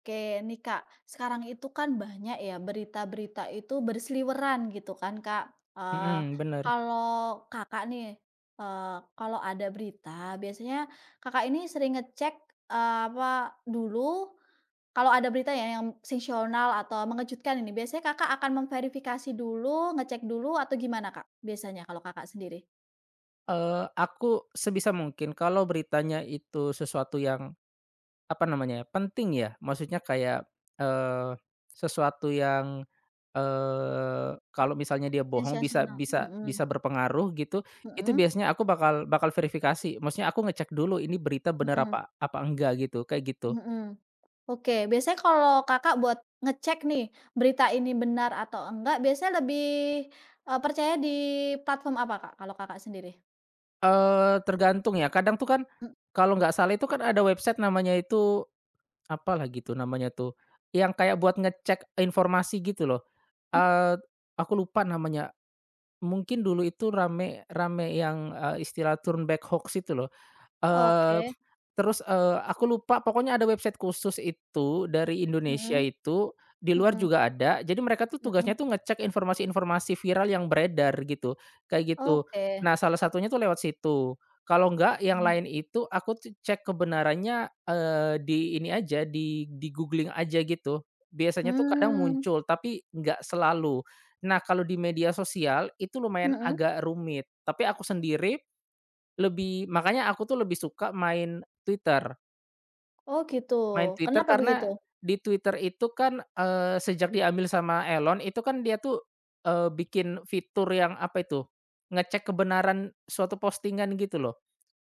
Oke, nih Kak, sekarang itu kan banyak ya berita-berita itu berseliweran gitu kan Kak. Eee, Mhm, bener. Kalau Kakak nih, eee, kalau ada berita biasanya Kakak ini sering ngecek, apa dulu, kalau ada berita ya yang sensasional atau mengejutkan ini, biasanya Kakak akan memverifikasi dulu, ngecek dulu atau gimana Kak biasanya kalau Kakak sendiri? Aku sebisa mungkin kalau beritanya itu sesuatu yang, apa namanya ya, penting ya, maksudnya kayak, eee, sesuatu yang, kalau misalnya dia bohong bisa Sensasional, bisa mhm, bisa berpengaruh gitu, itu mhm, biasanya aku bakal bakal verifikasi, maksudnya aku ngecek dulu ini berita bener mhm. apa apa enggak gitu, kayak gitu. Mhm. Oke, biasanya kalau Kakak buat ngecek nih, berita ini benar atau enggak, biasanya lebih, percaya di platform apa, Kak, kalau Kakak sendiri? Tergantung ya, kadang tuh kan kalau nggak salah itu kan ada website namanya itu apalah gitu namanya tuh, yang kayak buat ngecek informasi gitu loh. Mhm, Eee, aku lupa namanya. Mungkin dulu itu rame rame yang, istilah turn back hoax itu loh. oke, Eee Terus, aku lupa pokoknya ada website khusus itu dari Indonesia mhm, itu, di luar mhm, juga ada. Jadi mereka tuh tugasnya mhm, tuh ngecek informasi-informasi viral yang beredar gitu, kayak gitu. oke. Nah, salah satunya tuh lewat situ. Kalau enggak yang Mm. lain itu aku tuh cek kebenarannya, di ini aja, di-googling aja gitu. Biasanya tuh kadang hmm, muncul, tapi nggak selalu. Nah, kalau di media sosial itu mmm, lumayan mhm, agak rumit, tapi aku sendiri makanya aku tuh lebih suka main Twitter. oh gitu, Main Twitter kenapa begitu? karena di Twitter itu kan, sejak diambil sama Elon itu kan dia tuh, bikin fitur yang apa itu, ngecek kebenaran suatu postingan gitu loh.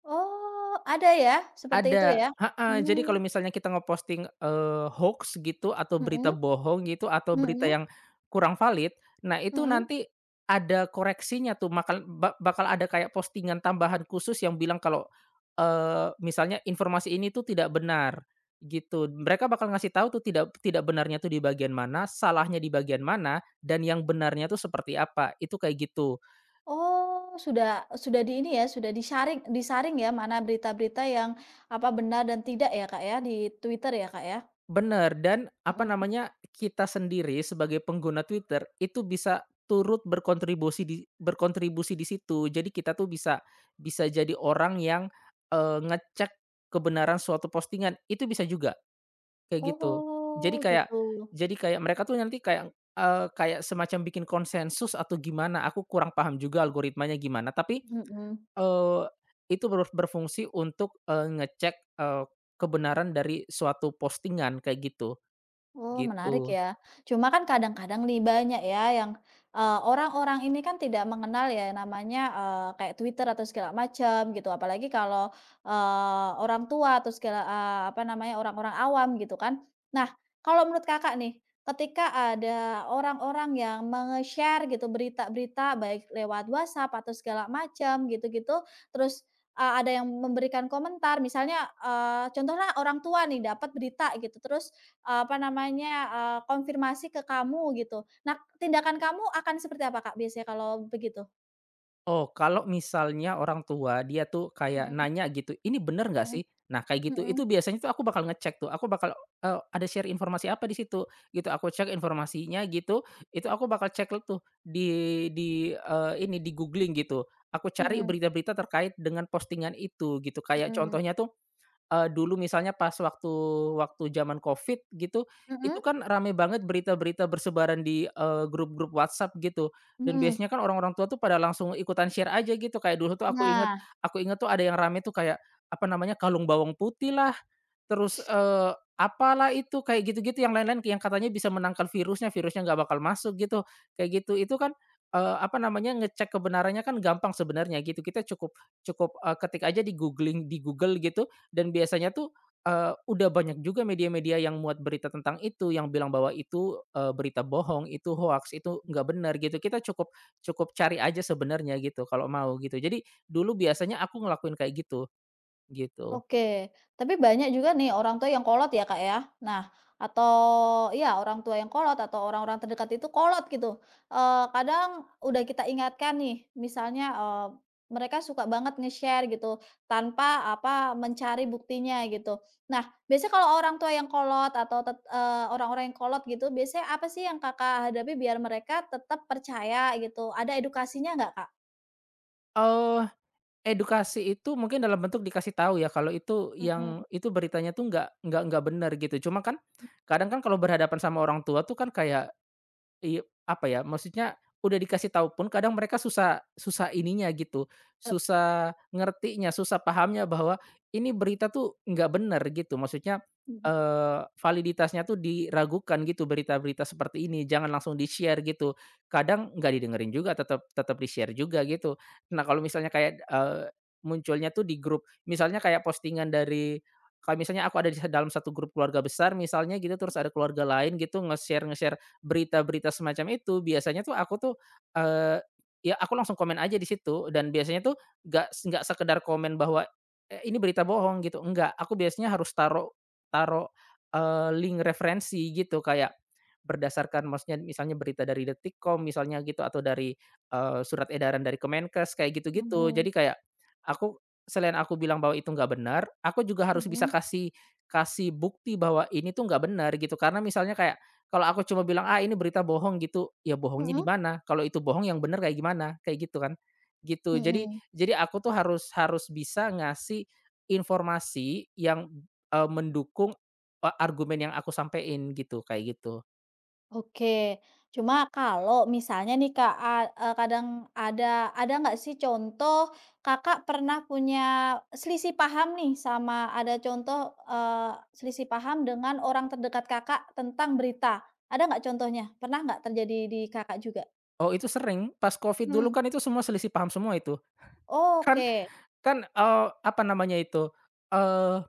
Oh, ada ya, seperti itu Ada, ya? heeh. Mmm, Jadi kalau misalnya kita ngeposting, hoaks gitu atau berita mhm, bohong gitu atau berita mhm, yang kurang valid, nah itu mhm. nanti ada koreksinya tuh makal ba bakal ada kayak postingan tambahan khusus yang bilang kalau, misalnya informasi ini tuh tidak benar, gitu. Mereka bakal ngasih tahu tuh tidak tidak benarnya tuh di bagian mana, salahnya di bagian mana, dan yang benarnya tuh seperti apa, itu kayak gitu. Oh, sudah di ini ya, sudah disaring, disaring ya, mana berita-berita yang, apa, benar dan tidak ya, Kak, ya, di Twitter ya, Kak, ya? Bener dan apa Mhm. namanya, kita sendiri sebagai pengguna Twitter itu bisa turut berkontribusi di situ. Jadi kita tuh bisa bisa jadi orang yang, ngecek kebenaran suatu postingan, itu bisa juga, kayak gitu. Jadi Oh, kayak gitu. jadi kayak mereka tuh nanti kayak, kayak semacam bikin konsensus atau gimana, aku kurang paham juga algoritmanya gimana, tapi, Mhm. eee, itu berfungsi untuk, ngecek, kebenaran dari suatu postingan, kayak gitu. Oh, menarik Gitu. ya. Cuma kan kadang-kadang nih banyak ya yang, orang-orang ini kan tidak mengenal ya namanya, kayak Twitter atau segala macam gitu. Apalagi kalau, orang tua atau segala apa namanya, orang-orang awam gitu kan. Nah, kalau menurut Kakak nih, ketika ada orang-orang yang nge share gitu berita-berita baik lewat WhatsApp atau segala macam gitu-gitu, terus, ada yang memberikan komentar misalnya, contohnya orang tua nih dapat berita gitu terus apa namanya, konfirmasi ke kamu gitu. Nah, tindakan kamu akan seperti apa, Kak, biasanya kalau begitu? Oh, kalau misalnya orang tua dia tuh kayak Mhm, nanya gitu, "Ini bener nggak mhm, sih?" Nah, kayak gitu, itu mhm, biasanya tuh aku bakal ngecek tuh, aku bakal, ada share informasi apa di situ, gitu. Aku cek informasinya gitu, itu aku bakal cek tuh di, ini, di-googling gitu. Aku cari mhm, berita-berita terkait dengan postingan itu, gitu. Kayak mhm, contohnya tuh dulu misalnya pas waktu waktu zaman Covid gitu, itu mhm, kan rame banget berita-berita bersebaran di, grup-grup WhatsApp gitu, dan mhm. biasanya kan orang-orang tua tuh pada langsung ikutan share aja gitu, kayak dulu tuh Nah. aku inget tuh ada yang rame tuh kayak, apa namanya, kalung bawang putih lah. Terus, apalah itu, kayak gitu-gitu yang lain-lain yang katanya bisa menangkal virusnya, virusnya nggak bakal masuk gitu, kayak gitu. Itu kan, apa namanya, ngecek kebenarannya kan gampang sebenarnya gitu. Kita cukup cukup, ketik aja di googling di Google gitu dan biasanya tuh, udah banyak juga media-media yang muat berita tentang itu, yang bilang bahwa itu, berita bohong, itu hoax itu nggak benar gitu. Kita cukup cukup cari aja sebenarnya gitu kalau mau gitu. Jadi dulu biasanya aku ngelakuin kayak gitu, gitu. Oke, tapi banyak juga nih orang tua yang kolot ya, Kak, ya. Nah, atau ya orang tua yang kolot atau orang-orang terdekat itu kolot gitu. Kadang udah kita ingatkan nih, misalnya, mereka suka banget nge-share gitu, tanpa apa, mencari buktinya gitu. Nah, biasanya kalau orang tua yang kolot atau orang-orang yang kolot gitu, biasanya apa sih yang Kakak hadapi biar mereka tetap percaya gitu? Ada edukasinya nggak, Kak? Eee Edukasi itu mungkin dalam bentuk dikasih tahu ya kalau itu yang Mhm, itu beritanya tuh nggak benar gitu. Cuma kan kadang kan kalau berhadapan sama orang tua tuh kan kayak iya, apa ya, maksudnya udah dikasih tahu pun kadang mereka susah susah ininya gitu, e, susah ngertinya, susah pahamnya bahwa ini berita tuh nggak benar gitu. Maksudnya, mhm, validitasnya tuh diragukan gitu berita-berita seperti ini, jangan langsung di-share gitu. Kadang nggak didengerin juga, tetap tetap di-share juga gitu. Nah, kalau misalnya kayak, munculnya tuh di grup, misalnya kayak postingan dari kalau misalnya aku ada di dalam satu grup keluarga besar misalnya gitu, terus ada keluarga lain gitu nge-share berita-berita semacam itu biasanya tuh aku tuh, eee, ya aku langsung komen aja di situ dan biasanya tuh nggak sekedar komen bahwa, ini berita bohong gitu, enggak, aku biasanya harus taruh taruh, link referensi gitu kayak berdasarkan maksudnya misalnya berita dari Detikcom misalnya gitu atau dari, surat edaran dari Kemenkes kayak gitu-gitu. mhm, Jadi kayak aku selain aku bilang bahwa itu nggak benar, aku juga harus bisa mhm, kasih kasih bukti bahwa ini tuh nggak benar gitu. Karena misalnya kayak kalau aku cuma bilang, "Ah, ini berita bohong," gitu, ya bohongnya di mhm, mana? Kalau itu bohong yang bener kayak gimana? Kayak gitu kan, gitu. Jadi mhm. jadi aku tuh harus harus bisa ngasih informasi yang, mendukung, argumen yang aku sampein gitu, kayak gitu. Oke, cuma kalau misalnya nih Kak, kadang ada ada nggak sih contoh Kakak pernah punya selisih paham nih sama ada contoh, eee, selisih paham dengan orang terdekat Kakak tentang berita? Ada nggak contohnya? Pernah nggak terjadi di Kakak juga? Oh, itu sering, pas Covid dulu Mhm, kan itu semua selisih paham semua itu. Kan oke, kan, apa namanya itu, eee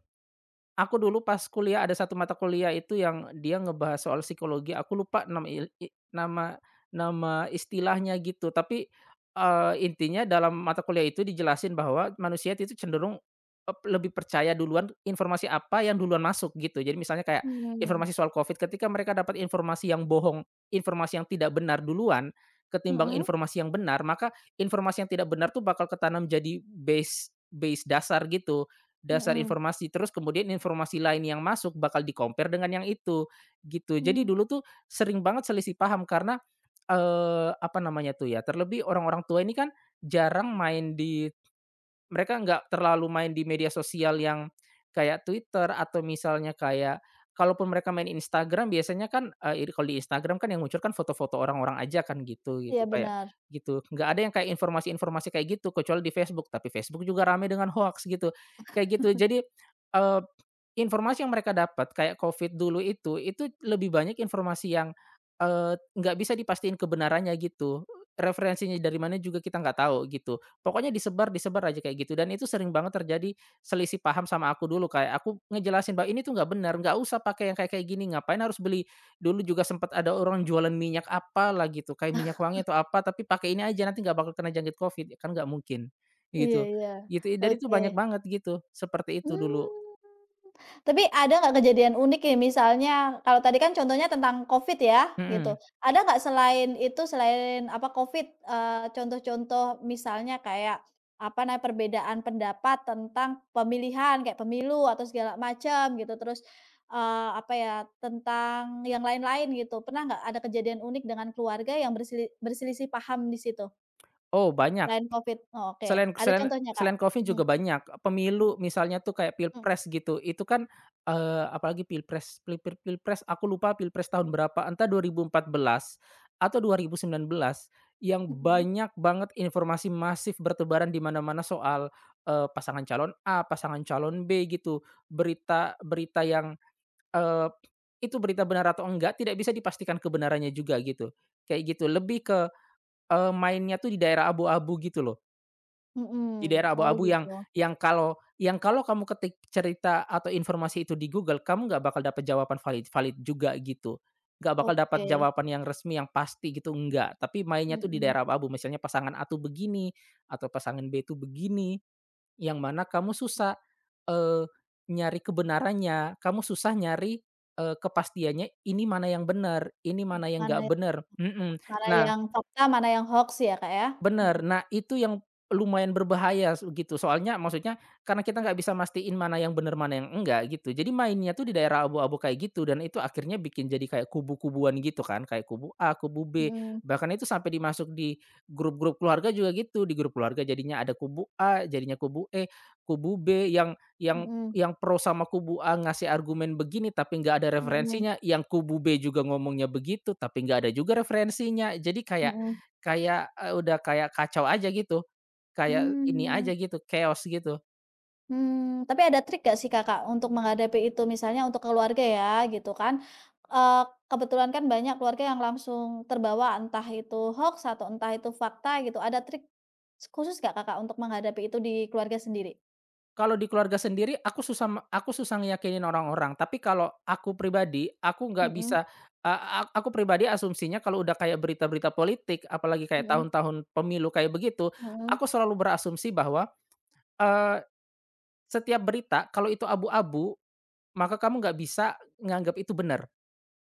Aku dulu pas kuliah ada satu mata kuliah itu yang dia ngebahas soal psikologi, aku lupa nama il i nama nama istilahnya gitu, tapi, intinya dalam mata kuliah itu dijelasin bahwa manusia itu cenderung, lebih percaya duluan informasi apa yang duluan masuk gitu. Jadi misalnya kayak mhm, informasi soal Covid, ketika mereka dapat informasi yang bohong, informasi yang tidak benar duluan, ketimbang mhm, informasi yang benar, maka informasi yang tidak benar tuh bakal ketanam jadi base base dasar gitu. Dasar mhm, informasi, terus kemudian informasi lain yang masuk bakal di-compare dengan yang itu, gitu. Jadi hmm, dulu tuh sering banget selisih paham karena, apa namanya tuh ya, terlebih orang-orang tua ini kan jarang main di mereka nggak terlalu main di media sosial yang kayak Twitter atau misalnya kayak kalaupun mereka main Instagram biasanya kan, kalau di Instagram kan yang muncul kan foto-foto orang-orang aja kan gitu iya gitu kayak benar, gitu. Nggak ada yang kayak informasi-informasi kayak gitu kecuali di Facebook, tapi Facebook juga rame dengan hoaks gitu, kayak gitu. Jadi, eee informasi yang mereka dapat kayak Covid dulu itu lebih banyak informasi yang, nggak bisa dipastiin kebenarannya gitu, referensinya dari mana juga kita nggak tahu gitu, pokoknya disebar disebar aja kayak gitu dan itu sering banget terjadi selisih paham sama aku dulu kayak aku ngejelasin bahwa, "Ini tuh nggak benar, nggak usah pakai yang kayak kayak gini, ngapain harus beli?" Dulu juga sempat ada orang jualan minyak apalah gitu, kayak minyak wangi atau apa, "Tapi pakai ini aja nanti nggak bakal kena jangkit Covid," ya kan nggak mungkin, iya gitu. iya, Gitu, jadi itu oke, banyak banget gitu, seperti itu dulu. mmm. Tapi ada nggak kejadian unik nih misalnya, kalau tadi kan contohnya tentang Covid ya gitu, Mhm. ada nggak selain itu, selain apa Covid, contoh-contoh misalnya kayak, apa namanya, perbedaan pendapat tentang pemilihan kayak pemilu atau segala macam gitu terus, apa ya, tentang yang lain-lain gitu, pernah nggak ada kejadian unik dengan keluarga yang berselisih paham di situ Oh banyak. selain Covid? Oh oke, Selain ada selain contohnya Kak? selain Covid Mhm, juga banyak. mhm, Pemilu misalnya tuh kayak mhm, pilpres gitu, itu kan, apalagi pilpres aku lupa pilpres tahun berapa, entah 2014 atau 2019 yang mhm, banyak banget informasi masif bertebaran di mana-mana soal, pasangan calon A, pasangan calon B gitu. Berita berita yang, eee, itu berita benar atau enggak tidak bisa dipastikan kebenarannya juga gitu, kayak gitu. Lebih ke, mainnya tuh di daerah abu-abu gitu loh. Di mhm, daerah oh abu-abu gitu, yang kalau kamu ketik cerita atau informasi itu di Google, kamu nggak bakal dapat jawaban valid valid juga gitu. Nggak bakal dapat oke. jawaban yang resmi, yang pasti gitu, enggak. Tapi mainnya tuh di Mhm, daerah abu-abu, misalnya pasangan A tuh begini, atau pasangan B tuh begini, yang mana kamu susah, eee, nyari kebenarannya, kamu susah nyari, kepastiannya ini mana yang benar ini mana yang nggak mana bener. mana Nah yang fakta, mana yang hoaks ya, Kak, ya? Mhm, Bener, nah itu yang lumayan berbahaya gitu, soalnya maksudnya karena kita nggak bisa mastiin mana yang bener, mana yang enggak gitu. Jadi mainnya tuh di daerah abu-abu kayak gitu dan itu akhirnya bikin jadi kayak kubu-kubuan gitu kan, kayak kubu A, kubu B, mhm, bahkan itu sampai dimasuk di grup-grup keluarga juga gitu, di grup keluarga jadinya ada kubu A, kubu B yang yang mhm, yang pro sama kubu A ngasih argumen begini tapi nggak ada mhm, referensinya, yang kubu B juga ngomongnya begitu tapi nggak ada juga referensinya. Jadi kayak mhm. kayak, udah kayak kacau aja gitu, kayak ini Mmm, aja gitu, chaos gitu. mmm, tapi ada trik nggak sih, Kakak, untuk menghadapi itu? Misalnya untuk keluarga ya, gitu kan, eee, kebetulan kan banyak keluarga yang langsung terbawa entah itu hoaks atau entah itu fakta gitu, ada trik khusus nggak, Kakak, untuk menghadapi itu di keluarga sendiri? Kalau di keluarga sendiri aku susah ngeyakinin orang-orang, tapi kalau aku pribadi, aku nggak Mhm, bisa, eee, aku pribadi asumsinya kalau udah kayak berita-berita politik, apalagi kayak mhm, tahun-tahun pemilu kayak begitu, mhm, aku selalu berasumsi bahwa, eee, setiap berita kalau itu abu-abu, maka kamu nggak bisa nganggap itu benar.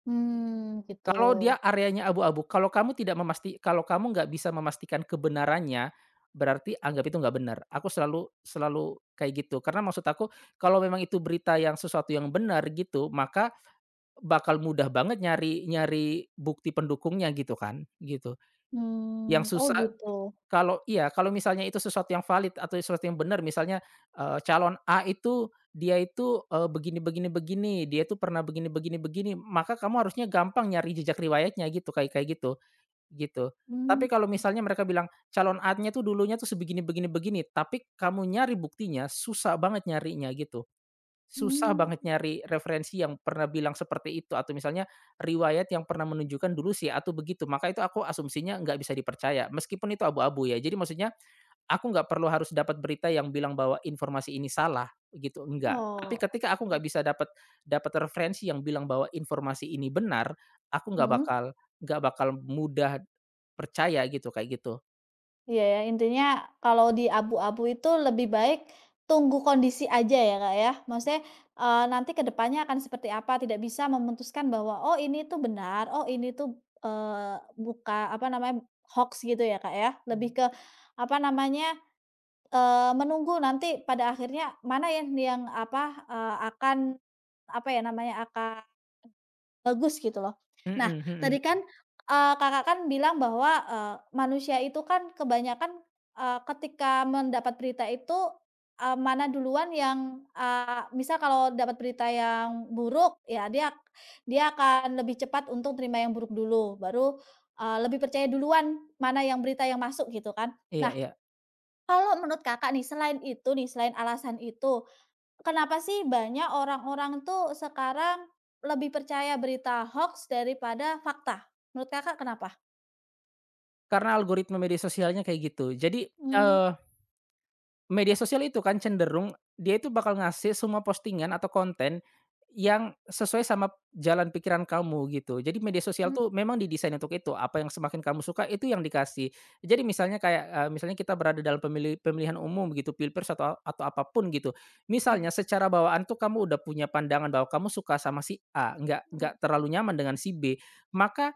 mmm, gitu. Kalau dia areanya abu-abu, kalau kamu nggak bisa memastikan kebenarannya, berarti anggap itu nggak benar. Aku selalu selalu kayak gitu. Karena maksud aku, kalau memang itu berita yang sesuatu yang benar gitu, maka bakal mudah banget nyari nyari bukti pendukungnya gitu kan, gitu. Mmm, Yang oh susah gitu. kalau iya, kalau misalnya itu sesuatu yang valid atau sesuatu yang benar misalnya, calon A itu dia itu, begini begini begini, dia itu pernah begini begini begini, maka kamu harusnya gampang nyari jejak riwayatnya gitu, kayak kayak gitu, gitu. Mmm, Tapi kalau misalnya mereka bilang calon A-nya tuh dulunya tuh sebegini begini begini, tapi kamu nyari buktinya susah banget nyarinya gitu. Susah mmm. banget nyari referensi yang pernah bilang seperti itu atau misalnya riwayat yang pernah menunjukkan dulu sih atau begitu, maka itu aku asumsinya nggak bisa dipercaya, meskipun itu abu-abu ya. Jadi maksudnya aku nggak perlu harus dapat berita yang bilang bahwa informasi ini salah, gitu, enggak. Tapi Oh, ketika aku nggak bisa dapat dapat referensi yang bilang bahwa informasi ini benar, aku mhm, nggak bakal mudah percaya gitu, kayak gitu. iya ya, intinya kalau di abu-abu itu lebih baik tunggu kondisi aja ya, Kak, ya? Maksudnya, nanti ke depannya akan seperti apa, tidak bisa memutuskan bahwa, "Oh, ini tuh benar, oh, ini tuh, buka apa namanya, hoax gitu ya, Kak, ya? Lebih ke apa namanya, menunggu nanti pada akhirnya mana yang apa, akan apa ya namanya, akan bagus gitu loh. Nah, Mhm mhm. tadi kan, Kakak kan bilang bahwa, manusia itu kan kebanyakan, ketika mendapat berita itu, mana duluan yang, misal kalau dapat berita yang buruk, ya dia dia akan lebih cepat untuk terima yang buruk dulu, baru, lebih percaya duluan mana yang berita yang masuk gitu kan. Iya Nah, iya. kalau menurut Kakak nih, selain itu nih, selain alasan itu, kenapa sih banyak orang-orang tuh sekarang lebih percaya berita hoax daripada fakta? Menurut Kakak kenapa? Karena algoritma media sosialnya kayak gitu. Jadi, Mmm, media sosial itu kan cenderung dia itu bakal ngasih semua postingan atau konten yang sesuai sama jalan pikiran kamu gitu. Jadi media sosial mmm, tuh memang didesain untuk itu, apa yang semakin kamu suka itu yang dikasih. Jadi misalnya kayak, misalnya kita berada dalam pemilihan umum gitu, pilpres atau apapun gitu. Misalnya secara bawaan tuh kamu udah punya pandangan bahwa kamu suka sama si A, nggak mhm, nggak terlalu nyaman dengan si B, maka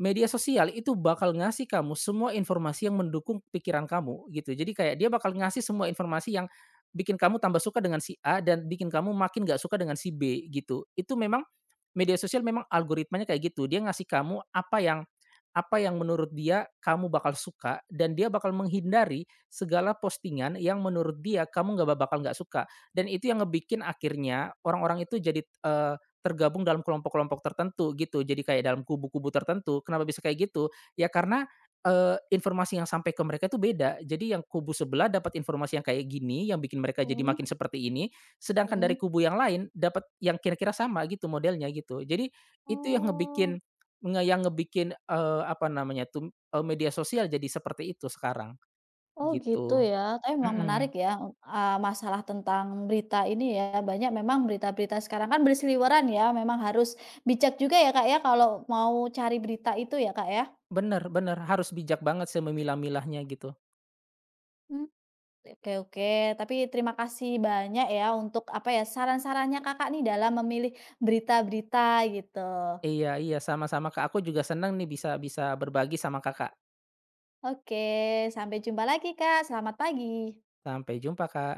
media sosial itu bakal ngasih kamu semua informasi yang mendukung pikiran kamu gitu. Jadi kayak dia bakal ngasih semua informasi yang bikin kamu tambah suka dengan si A dan bikin kamu makin nggak suka dengan si B gitu. Itu memang Media sosial memang algoritmanya kayak gitu, dia ngasih kamu apa yang menurut dia kamu bakal suka dan dia bakal menghindari segala postingan yang menurut dia kamu nggak suka. Dan itu yang ngebikin akhirnya orang-orang itu jadi, tergabung dalam kelompok-kelompok tertentu gitu, jadi kayak dalam kubu-kubu tertentu. Kenapa bisa kayak gitu? Ya karena, informasi yang sampai ke mereka itu beda. Jadi yang kubu sebelah dapat informasi yang kayak gini, yang bikin mereka jadi mhm, makin seperti ini, sedangkan mhm. dari kubu yang lain dapat yang kira-kira sama gitu modelnya gitu. Jadi itu yang Oh, ngebikin nge yang ngebikin, apa namanya tuh, media sosial jadi seperti itu sekarang oh gitu gitu. ya. Tapi memang menarik Mhm, ya, masalah tentang berita ini ya, banyak memang berita-berita sekarang kan berseliweran ya, memang harus bijak juga ya, Kak, ya, kalau mau cari berita itu ya, Kak, ya? bener bener harus bijak banget sih memilah-milahnya gitu. Mmm. Oke, oke, tapi terima kasih banyak ya untuk apa ya, saran-sarannya Kakak nih dalam memilih berita-berita gitu. Iya iya sama-sama Kak, aku juga seneng nih bisa bisa berbagi sama Kakak. Oke, sampai jumpa lagi Kak, selamat pagi. Sampai jumpa Kak.